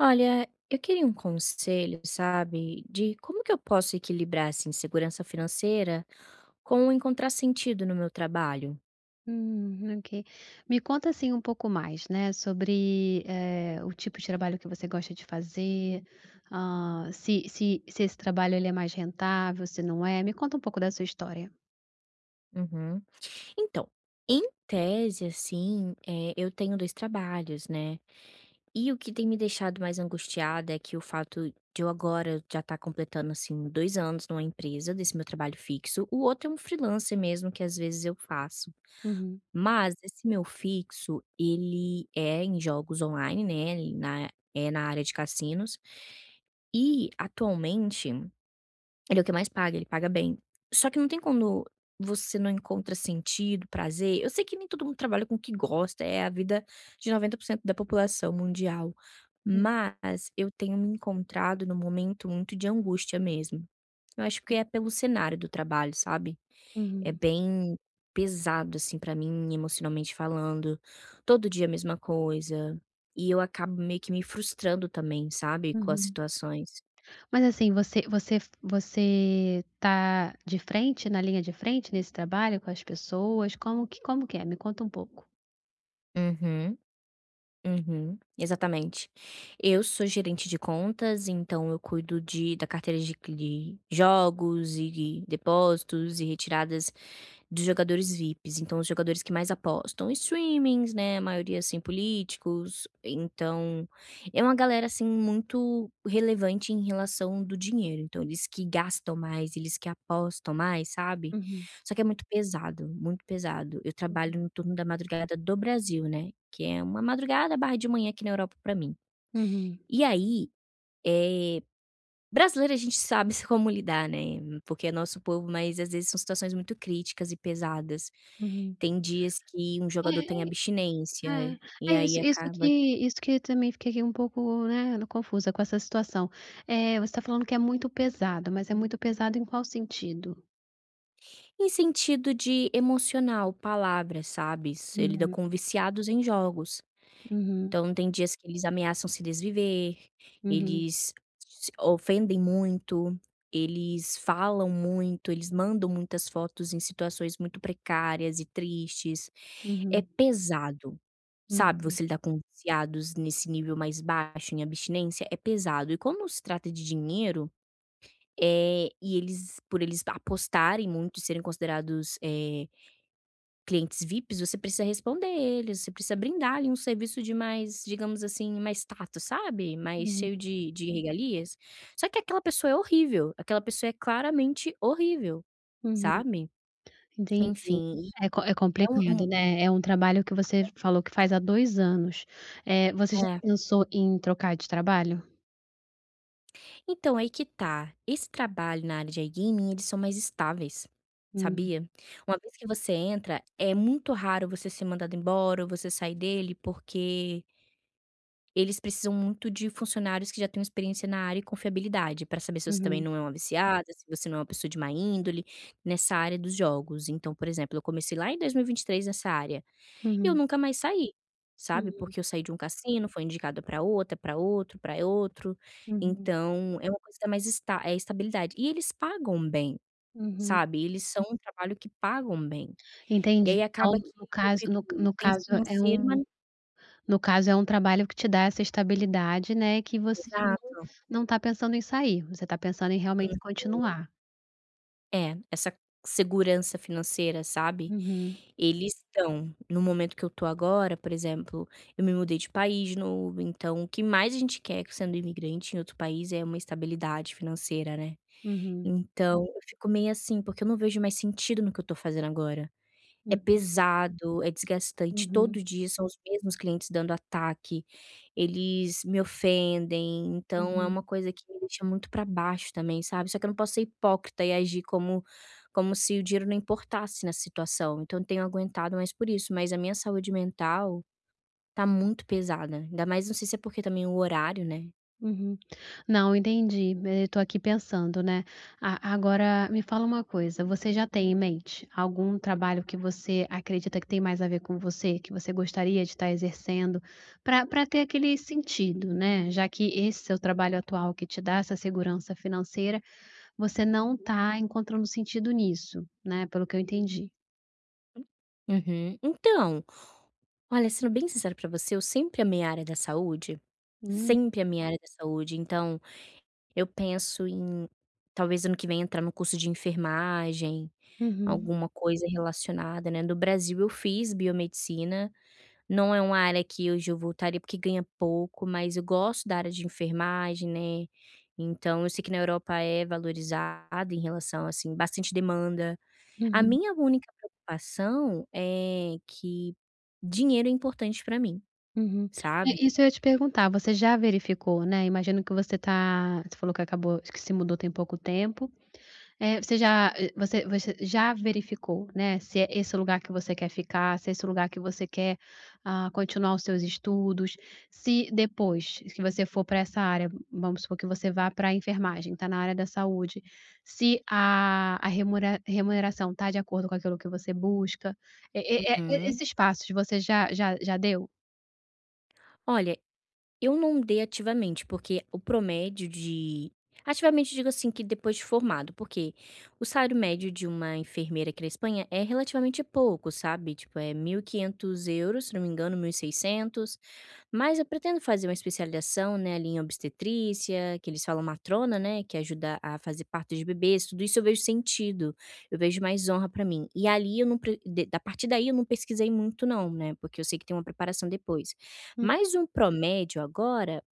Olha, eu queria um conselho, sabe, de como que eu posso equilibrar, assim, segurança financeira com encontrar sentido no meu trabalho. Ok. Me conta assim um pouco mais, né, sobre o tipo de trabalho que você gosta de fazer, se esse trabalho ele é mais rentável, se não é. Me conta um pouco da sua história. Uhum. Então, em tese, assim, eu tenho 2 trabalhos, né, e o que tem me deixado mais angustiada é que o fato de eu agora já estar completando, assim, 2 anos numa empresa desse meu trabalho fixo, o outro é um freelancer mesmo que às vezes eu faço. Uhum, Mas esse meu fixo, ele é em jogos online, né, ele na é na área de cassinos, e atualmente ele é o que mais paga, ele paga bem. Só que não tem quando você não encontra sentido, prazer, eu sei que nem todo mundo trabalha com o que gosta, é a vida de 90% da população mundial, mas eu tenho me encontrado num momento muito de angústia mesmo. Eu acho que é pelo cenário do trabalho, sabe? É uhum, bem pesado, assim, pra mim, emocionalmente falando. Todo dia a mesma coisa. E eu acabo meio que me frustrando também, sabe, com as uhum. situações. Mas assim, você tá de frente, na linha de frente nesse trabalho com as pessoas? Como que é? Me conta um pouco. Uhum, uhum, exatamente. Eu sou gerente de contas, então eu cuido de da carteira de jogos e depósitos e retiradas de jogadores VIPs, então os jogadores que mais apostam, streamings, né, a maioria, assim, políticos, então é uma galera, assim, muito relevante em relação do dinheiro, então eles que gastam mais, eles que apostam mais, sabe. Uhum, Só que é muito pesado, muito pesado. Eu trabalho uhum, no turno da madrugada do Brasil, né, que é uma madrugada barra de manhã aqui na Europa pra mim. uhum, E aí, eh brasileiro a gente sabe como lidar, né, porque é nosso povo, mas às vezes são situações muito críticas e pesadas. uhum. Tem dias que um jogador tem É, abstinência, e É, é aí isso isso que acaba isso que também fiquei um pouco, né, confusa com essa situação. Você está falando que é muito pesado, mas é muito pesado em qual sentido? em sentido de emocional, palavras, sabe, você lida Uhum, com viciados em jogos. uhum, Então tem dias que eles ameaçam se desviver, uhum, eles se ofendem muito, eles falam muito, eles mandam muitas fotos em situações muito precárias e tristes. É uhum, pesado, sabe, uhum, você lidar com viciados nesse nível mais baixo, em abstinência, é pesado. E como se trata de dinheiro, é e eles, por eles apostarem muito e serem considerados, clientes VIPs, você precisa responder eles, você precisa brindar ali um serviço de mais, digamos assim, mais status, sabe, mais uhum, cheio de regalias. Só que aquela pessoa é horrível, aquela pessoa é claramente horrível, uhum. sabe. Entendi. Enfim, e É co é é um complicado, né, é um trabalho que você falou que faz há 2 anos. Você um já é. pensou em trocar de trabalho? Então, aí que tá, esse trabalho na área de iGaming, eles são mais estáveis, Hum, sabia? Uma vez que você entra, é muito raro você ser mandado embora ou você sair dele, porque eles precisam muito de funcionários que já tenham experiência na área e confiabilidade, para saber se você também uhum, não é uma viciada, se você não é uma pessoa de má índole, nessa área dos jogos. Então, por exemplo, eu comecei lá em 2023 nessa área, e eu uhum, nunca mais saí, sabe, uhum, porque eu saí de um cassino, foi indicada para outra, para outro, para outro. uhum, Então, é uma coisa que dá mais estabilidade. E eles pagam bem, uhum. sabe, eles são um trabalho que pagam bem. E aí Entendi. Então, acaba que eu fico tem financeiro, mas no caso, é um trabalho que te dá essa estabilidade, né, que você não exato. não tá pensando em sair, você tá pensando em realmente continuar. É, essa segurança financeira, sabe. Uhum, Eles estão. No momento que eu tô agora, por exemplo, eu me mudei de país de novo, então o que mais a gente quer sendo imigrante em outro país é uma estabilidade financeira, né. uhum, Então eu fico meio assim, porque eu não vejo mais sentido no que eu tô fazendo agora. É uhum, pesado, é desgastante, uhum, todo dia são os mesmos clientes dando ataque, eles me ofendem, então é uhum, uma coisa que me deixa muito pra baixo também, sabe. Só que eu não posso ser hipócrita e agir como como se o dinheiro não importasse na situação, então eu tenho aguentado mais por isso, mas a minha saúde mental tá muito pesada, ainda mais não sei se é porque também o horário, né. uhum. Não, entendi. Tô aqui pensando, né. A agora me fala uma coisa, você já tem em mente algum trabalho que você acredita que tem mais a ver com você, que você gostaria de estar exercendo, para ter aquele sentido, né, já que esse seu trabalho atual que te dá essa segurança financeira, você não tá encontrando sentido nisso, né, pelo que eu entendi. Uhum. Então, olha, sendo bem sincera pra você, eu sempre amei a área da saúde, Hum, sempre amei a área da saúde, então eu penso em talvez ano que vem entrar no curso de enfermagem, uhum, alguma coisa relacionada, né. No Brasil eu fiz biomedicina, não é uma área que hoje eu voltaria, porque ganha pouco, mas eu gosto da área de enfermagem, né. Então eu sei que na Europa é valorizada em relação, assim, bastante demanda. A uhum, minha única preocupação é que dinheiro é importante para mim, uhum. É, sabe. isso eu ia te perguntar, você já verificou, né. Imagino que você falou que acabou que se mudou tem pouco tempo. É, você já você já verificou, né, se é esse o lugar que você quer ficar, se é esse o lugar que você quer, continuar os seus estudos. Se depois que você for para essa área, vamos supor que você vá pra enfermagem, tá na área da saúde, se a remura remuneração tá de acordo com aquilo que você busca. E e Uhum. esses passos você já deu? Olha, eu não dei ativamente, porque o promédio de ativamente digo assim que depois de formado, porque o salário médio de uma enfermeira aqui na Espanha é relativamente pouco, sabe? Tipo, é 1.500 €, se não me engano, 1.600. Mas eu pretendo fazer uma especialização, né, ali em obstetrícia, que eles falam matrona, né, que ajuda a fazer parto de bebês, tudo isso eu vejo sentido, eu vejo mais honra pra mim. E ali eu não pre de da partir daí eu não pesquisei muito não, né, porque eu sei que tem uma preparação depois. Hum, Mas um promédio agora,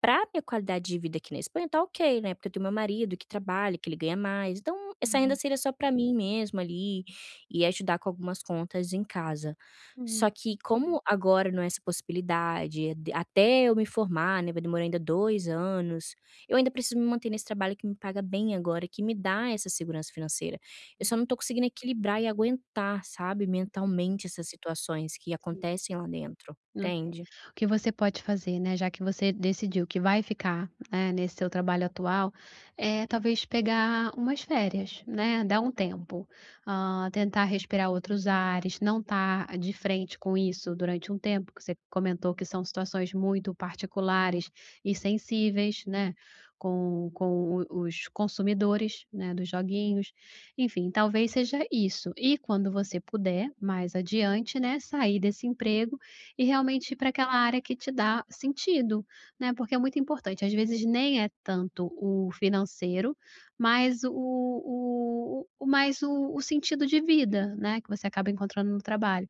pra minha qualidade de vida aqui na Espanha tá ok, né, porque eu tenho meu marido que trabalha, que ele ganha mais, então essa renda uhum, seria só para mim mesmo ali, e ajudar com algumas contas em casa. Só uhum, que como agora não é essa possibilidade, é de até eu me formar, né, vai demorar ainda 2 anos, eu ainda preciso me manter nesse trabalho que me paga bem agora, que me dá essa segurança financeira. Eu só não tô conseguindo equilibrar e aguentar, sabe, mentalmente essas situações que hum. acontecem lá dentro, Ok. entende? O que você pode fazer, né, já que você decidiu que vai ficar, né, nesse seu trabalho atual, é talvez pegar umas férias, né, dar um tempo, tentar respirar outros ares, não estar de frente com isso durante um tempo, que você comentou que são situações muito particulares e sensíveis, né, com os consumidores, né, dos joguinhos, enfim, talvez seja isso. E quando você puder, mais adiante, né, sair desse emprego e realmente ir para aquela área que te dá sentido, né, porque é muito importante. Às vezes nem é tanto o financeiro, mas o mais o sentido de vida, né, que você acaba encontrando no trabalho.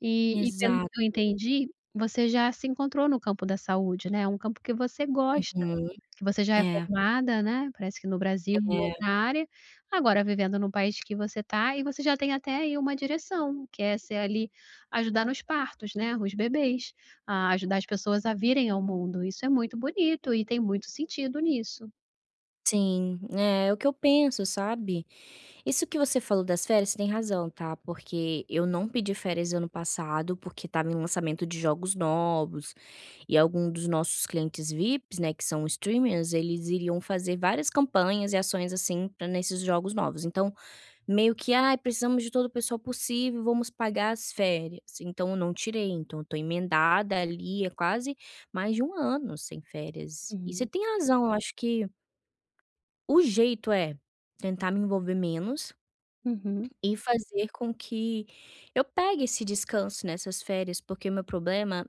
E pelo Exato, que eu entendi, você já se encontrou no campo da saúde, né, é um campo que você gosta, uhum. que você já é É, formada, né, parece que no Brasil, em é, outra área, agora vivendo no país que você está e você já tem até aí uma direção, que é ser ali ajudar nos partos, né, os bebês, a ajudar as pessoas a virem ao mundo, isso é muito bonito e tem muito sentido nisso. sim, é o que eu penso, sabe. Isso que você falou das férias, você tem razão, tá, porque eu não pedi férias ano passado, porque estava em lançamento de jogos novos, e algum dos nossos clientes VIPs, né, que são streamers, eles iriam fazer várias campanhas e ações, assim, pra nesses jogos novos. Então, meio que: "Ai, precisamos de todo o pessoal possível, vamos pagar as férias". Então eu não tirei, então eu tô emendada ali, é quase mais de um ano sem férias. E você Uhum, tem razão, eu acho que o jeito é tentar me envolver menos uhum, e fazer com que eu pegue esse descanso nessas férias, porque o meu problema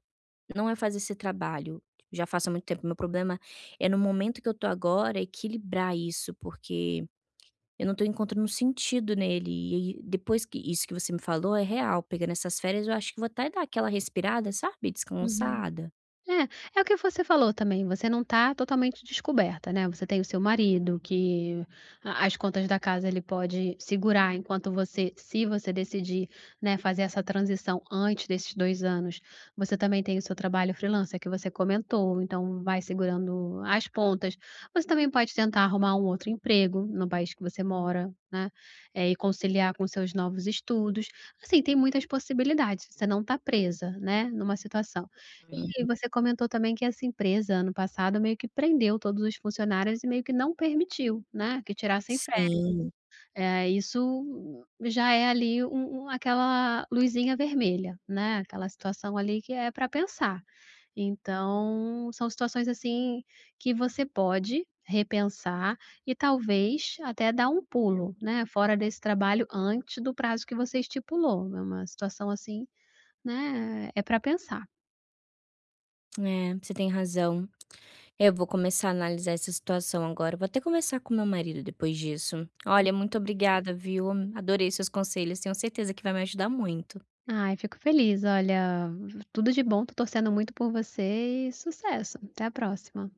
não é fazer esse trabalho, já faço há muito tempo, meu problema é no momento que eu tô agora equilibrar isso, porque eu não tô encontrando um sentido nele, e aí depois que, isso que você me falou é real, pegando essas férias eu acho que vou até dar aquela respirada, sabe, uhum. descansada. É, é o que você falou também, você não está totalmente descoberta, né, você tem o seu marido que a as contas da casa ele pode segurar enquanto você se você decidir, né, fazer essa transição antes desses 2 anos. Você também tem o seu trabalho freelancer que você comentou, então vai segurando as pontas. Você também pode tentar arrumar um outro emprego no país que você mora, né, e conciliar com seus novos estudos. Assim, tem muitas possibilidades, você não está presa, né, numa situação. E Uhum. você comentou também que essa empresa, ano passado, meio que prendeu todos os funcionários e meio que não permitiu, né, que tirassem férias. Sim, Isso já é ali aquela luzinha vermelha, né, aquela situação ali que é para pensar. Então, são situações, assim, que você pode repensar e talvez até dar um pulo, né, fora desse trabalho antes do prazo que você estipulou. É uma situação assim, né, é para pensar. é, você tem razão. Eu vou começar a analisar essa situação agora, vou até conversar com meu marido depois disso. Olha, muito obrigada, viu, adorei seus conselhos, tenho certeza que vai me ajudar muito. Ai, fico feliz. Olha, tudo de bom. Tô torcendo muito por você e sucesso. Até a próxima.